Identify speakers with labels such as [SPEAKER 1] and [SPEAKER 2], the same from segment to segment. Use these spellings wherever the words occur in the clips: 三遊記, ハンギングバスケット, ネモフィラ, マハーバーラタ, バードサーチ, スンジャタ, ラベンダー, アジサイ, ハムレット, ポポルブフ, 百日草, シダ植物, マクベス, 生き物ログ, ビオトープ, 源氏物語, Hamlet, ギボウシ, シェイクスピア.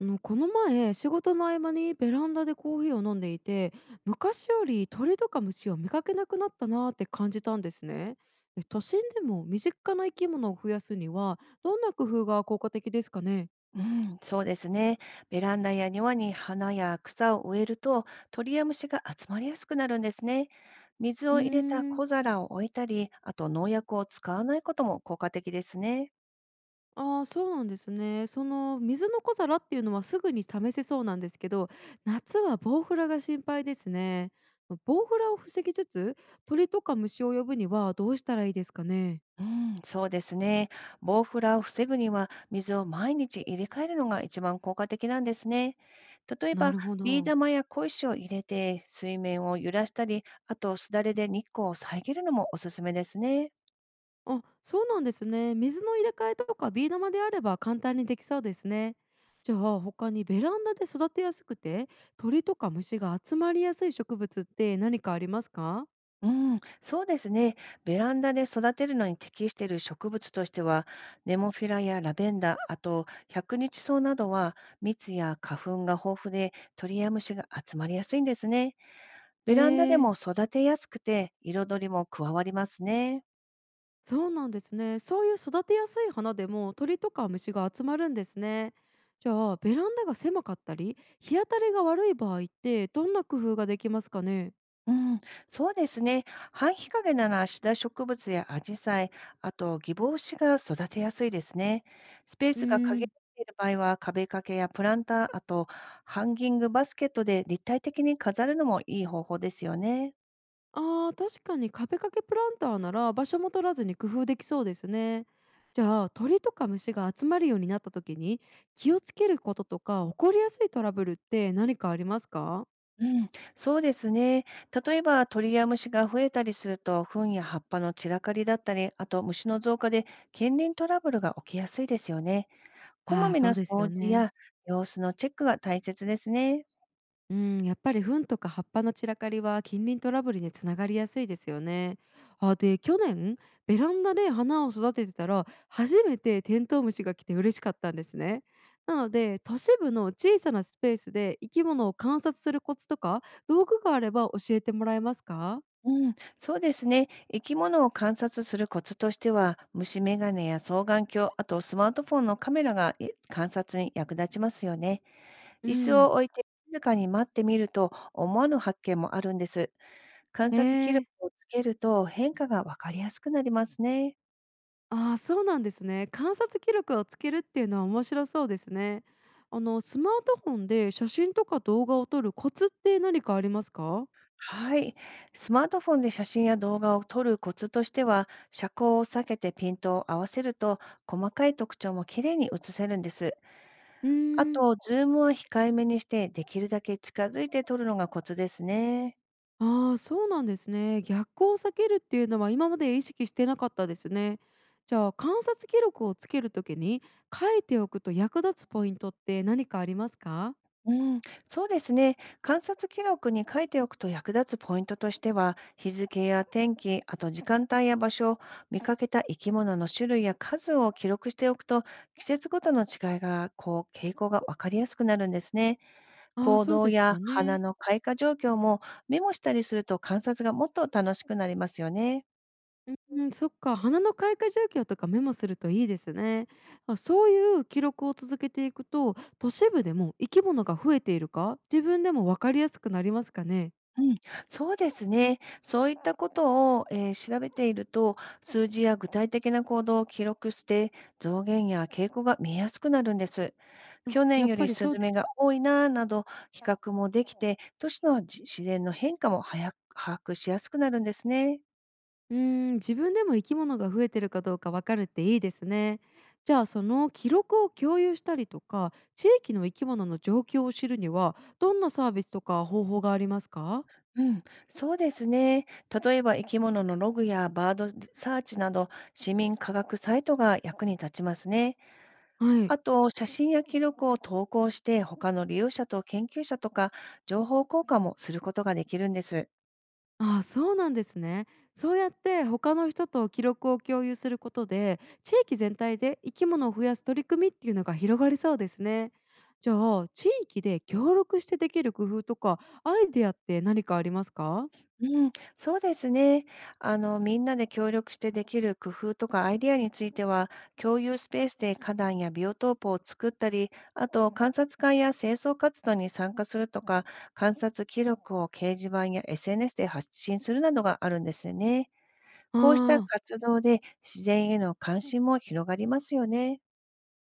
[SPEAKER 1] この前仕事の合間にベランダでコーヒーを飲んでいて、昔より鳥とか虫を見かけなくなったなーって感じたんですね。都心でも身近な生き物を増やすにはどんな工夫が効果的ですかね。
[SPEAKER 2] うん、そうですね。ベランダや庭に花や草を植えると、鳥や虫が集まりやすくなるんですね。水
[SPEAKER 1] うー
[SPEAKER 2] を入れた
[SPEAKER 1] ん、
[SPEAKER 2] 小皿を置いたり、あと農薬を使わないことも効果的ですね。
[SPEAKER 1] ああー、そうなんですね。その水の小皿っていうのはすぐに試せそうなんですけど、夏はボウフラが心配ですね。ボウフラを防ぎつつ、鳥とか虫を呼ぶにはどうしたらいいですかね。
[SPEAKER 2] うん、そうですね。ボウフラを防ぐには、水を毎日入れ替えるのが一番効果的なんですね。例え
[SPEAKER 1] な
[SPEAKER 2] ば、
[SPEAKER 1] るほ
[SPEAKER 2] ビー
[SPEAKER 1] ど。
[SPEAKER 2] 玉や小石を入れて、水面を揺らしたり、あとすだれで日光を遮るのもおすすめですね。
[SPEAKER 1] あ、そうなんですね。水の入れ替えとかビー玉であれば簡単にできそうですね。じゃあ他にベランダで育てやすくて鳥とか虫が集まりやすい植物って何かありますか。
[SPEAKER 2] うん、そうですね。ベランダで育てるのに適している植物としては、ネモフィラやラベンダー、あと百日草などは蜜や花粉が豊富で鳥や虫が集まりやすいんですね。ベ
[SPEAKER 1] え
[SPEAKER 2] ランダで
[SPEAKER 1] ー、
[SPEAKER 2] も育てやすくて彩りも加わりますね。
[SPEAKER 1] そうなんですね。そういう育てやすい花でも鳥とか虫が集まるんですね。じゃあベランダが狭かったり日当たりが悪い場合ってどんな工夫ができますかね。
[SPEAKER 2] うん、そうですね。半日陰ならシダ植物やアジサイ、あとギボウシが育てやすいですね。スペー
[SPEAKER 1] うー
[SPEAKER 2] スが限ら
[SPEAKER 1] ん。
[SPEAKER 2] れている場合は壁掛けやプランター、あとハンギングバスケットで立体的に飾るのもいい方法ですよね。
[SPEAKER 1] ああ、確かに壁掛けプランターなら場所も取らずに工夫できそうですね。じゃあ鳥とか虫が集まるようになった時に気をつけることとか起こりやすいトラブルって何かありますか。
[SPEAKER 2] うん、そうですね。例えば鳥や虫が増えたりすると、糞や葉っぱの散らかりだったり、あと虫の増加で近隣トラブルが起きやすいですよね。こま
[SPEAKER 1] ああー、
[SPEAKER 2] め
[SPEAKER 1] そ
[SPEAKER 2] な
[SPEAKER 1] うです
[SPEAKER 2] 掃
[SPEAKER 1] よ
[SPEAKER 2] 除
[SPEAKER 1] ね。
[SPEAKER 2] や様子のチェックが大切ですね。
[SPEAKER 1] うん、やっぱり糞とか葉っぱの散らかりは近隣トラブルにつながりやすいですよね。あ、で去年ベランダで花を育ててたら初めてテントウムシが来て嬉しかったんですね。なので都市部の小さなスペースで生き物を観察するコツとか道具があれば教えてもらえますか。
[SPEAKER 2] うん、そうですね。生き物を観察するコツとしては、虫眼鏡や双眼鏡、あとスマートフォンのカメラが観察に役立ちますよね。
[SPEAKER 1] う
[SPEAKER 2] 椅子
[SPEAKER 1] ん、
[SPEAKER 2] を置いて静かに待ってみると、思わぬ発見もあるんです。観
[SPEAKER 1] え
[SPEAKER 2] 察記録
[SPEAKER 1] ー、
[SPEAKER 2] をつけると変化がわかりやすくなりますね。
[SPEAKER 1] ああ、そうなんですね。観察記録をつけるっていうのは面白そうですね。スマートフォンで写真とか動画を撮るコツって何かありますか。
[SPEAKER 2] はい。スマートフォンで写真や動画を撮るコツとしては、遮光を避けてピントを合わせると、細かい特徴もきれいに写せるんです。
[SPEAKER 1] う
[SPEAKER 2] あ
[SPEAKER 1] ーん、
[SPEAKER 2] と、ズームは控えめにして、できるだけ近づいて撮るのがコツですね。
[SPEAKER 1] ああ、そうなんですね。逆光を避けるっていうのは今まで意識してなかったですね。じゃあ観察記録をつけるときに書いておくと役立つポイントって何かありますか。
[SPEAKER 2] うん、そうですね。観察記録に書いておくと役立つポイントとしては、日付や天気、あと時間帯や場所、見かけた生き物の種類や数を記録しておくと、季節ごとの違いが、こう、傾向がわかりやすくなるんですね。
[SPEAKER 1] ああ、
[SPEAKER 2] 行
[SPEAKER 1] そう
[SPEAKER 2] 動
[SPEAKER 1] です
[SPEAKER 2] や
[SPEAKER 1] よ
[SPEAKER 2] 花
[SPEAKER 1] ね。
[SPEAKER 2] の開花状況もメモしたりすると観察がもっと楽しくなりますよね。
[SPEAKER 1] うん、そっか、花の開花状況とかメモするといいですね。あ、そういう記録を続けていくと都市部でも生き物が増えているか自分でも分かりやすくなりますかね。
[SPEAKER 2] うん、そうですね。そういったことを、調べていると、数字や具体的な行動を記録して、増減や傾向が見えやすくなるんです。
[SPEAKER 1] あ、
[SPEAKER 2] 去年
[SPEAKER 1] やっ
[SPEAKER 2] よ
[SPEAKER 1] ぱ
[SPEAKER 2] り
[SPEAKER 1] り
[SPEAKER 2] ス
[SPEAKER 1] そう
[SPEAKER 2] ズ
[SPEAKER 1] で
[SPEAKER 2] メ
[SPEAKER 1] す。
[SPEAKER 2] が多いなあなど、比較もできて、都市の自然の変化も早く把握しやすくなるんですね。
[SPEAKER 1] うーん、自分でも生き物が増えてるかどうかわかるっていいですね。じゃあその記録を共有したりとか地域の生き物の状況を知るにはどんなサービスとか方法がありますか。
[SPEAKER 2] うん、そうですね。例えば生き物のログやバードサーチなど、市民科学サイトが役に立ちますね。
[SPEAKER 1] はい。
[SPEAKER 2] あと、写真や記録を投稿して、他の利用者と研究者とか、情報交換もすることができるんです。
[SPEAKER 1] ああ、そうなんですね。そうやって他の人と記録を共有することで地域全体で生き物を増やす取り組みっていうのが広がりそうですね。じゃあ地域で協力してできる工夫とかアイデアって何かありますか。
[SPEAKER 2] うん、そうですね。あの、みんなで協力してできる工夫とかアイディアについては、共有スペースで花壇やビオトープを作ったり、あと、観察会や清掃活動に参加するとか、観察記録を掲示板や SNS で発信するなどがあるんですよね。
[SPEAKER 1] あ
[SPEAKER 2] こうした
[SPEAKER 1] あー。
[SPEAKER 2] 活動で自然への関心も広がりますよね。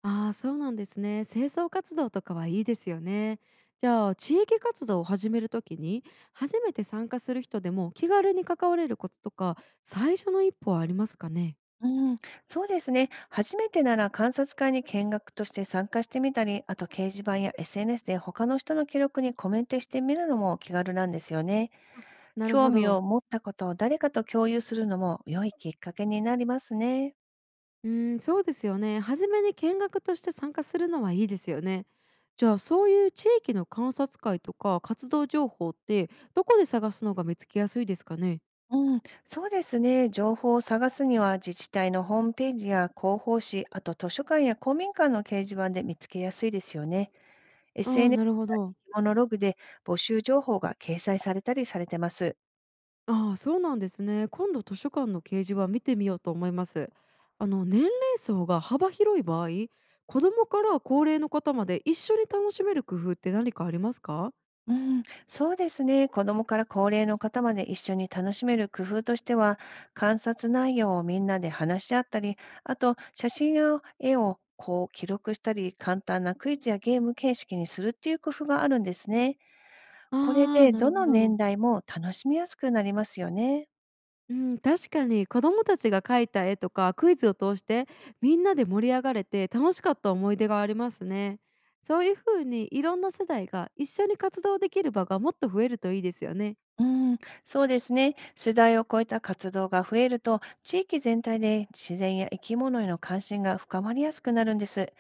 [SPEAKER 1] ああ、そうなんですね。清掃活動とかはいいですよね。じゃあ地域活動を始めるときに初めて参加する人でも気軽に関われるコツとか最初の一歩はありますかね。
[SPEAKER 2] うん、そうですね。初めてなら観察会に見学として参加してみたり、あと掲示板や SNS で他の人の記録にコメントしてみるのも気軽なんですよね。
[SPEAKER 1] あ、なるほ
[SPEAKER 2] 興味を
[SPEAKER 1] ど。
[SPEAKER 2] 持ったことを誰かと共有するのも良いきっかけになりますね。
[SPEAKER 1] うーん、そうですよね。初めに見学として参加するのはいいですよね。じゃあそういう地域の観察会とか活動情報ってどこで探すのが見つけやすいですかね。
[SPEAKER 2] うん、そうですね。情報を探すには自治体のホームページや広報誌、あと図書館や公民館の掲示板で見つけやすいですよね。
[SPEAKER 1] ああー、
[SPEAKER 2] SNS
[SPEAKER 1] なるほ
[SPEAKER 2] や
[SPEAKER 1] ど。
[SPEAKER 2] 生き物ログで募集情報が掲載されたりされてます。
[SPEAKER 1] ああ、そうなんですね。今度図書館の掲示板見てみようと思います。年齢層が幅広い場合、子供から高齢の方まで一緒に楽しめる工夫って何かありますか？
[SPEAKER 2] うん、そうですね。子供から高齢の方まで一緒に楽しめる工夫としては、観察内容をみんなで話し合ったり、あと写真や絵をこう記録したり、簡単なクイズやゲーム形式にするっていう工夫があるんですね。これ
[SPEAKER 1] ああ、
[SPEAKER 2] で
[SPEAKER 1] な
[SPEAKER 2] ど
[SPEAKER 1] るほ
[SPEAKER 2] の
[SPEAKER 1] ど。
[SPEAKER 2] 年代も楽しみやすくなりますよね。
[SPEAKER 1] うん、確かに子供たちが描いた絵とかクイズを通してみんなで盛り上がれて楽しかった思い出がありますね。そういうふうにいろんな世代が一緒に活動できる場がもっと増えるといいですよね。
[SPEAKER 2] うん、そうですね。世代を超えた活動が増えると、地域全体で自然や生き物への関心が深まりやすくなるんです。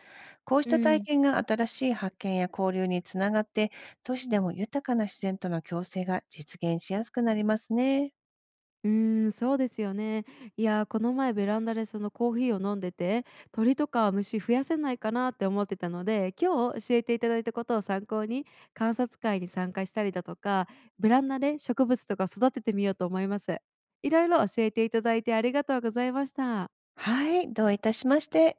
[SPEAKER 2] こうし
[SPEAKER 1] う
[SPEAKER 2] た体
[SPEAKER 1] ん。
[SPEAKER 2] 験が新しい発見や交流につながって、都市でも豊かな自然との共生が実現しやすくなりますね。
[SPEAKER 1] うーん、そうですよね。いやー、この前ベランダでそのコーヒーを飲んでて、鳥とか虫増やせないかなって思ってたので、今日教えていただいたことを参考に観察会に参加したりだとか、ベランダで植物とか育ててみようと思います。いろいろ教えていただいてありがとうございました。
[SPEAKER 2] はい、どういたしまして。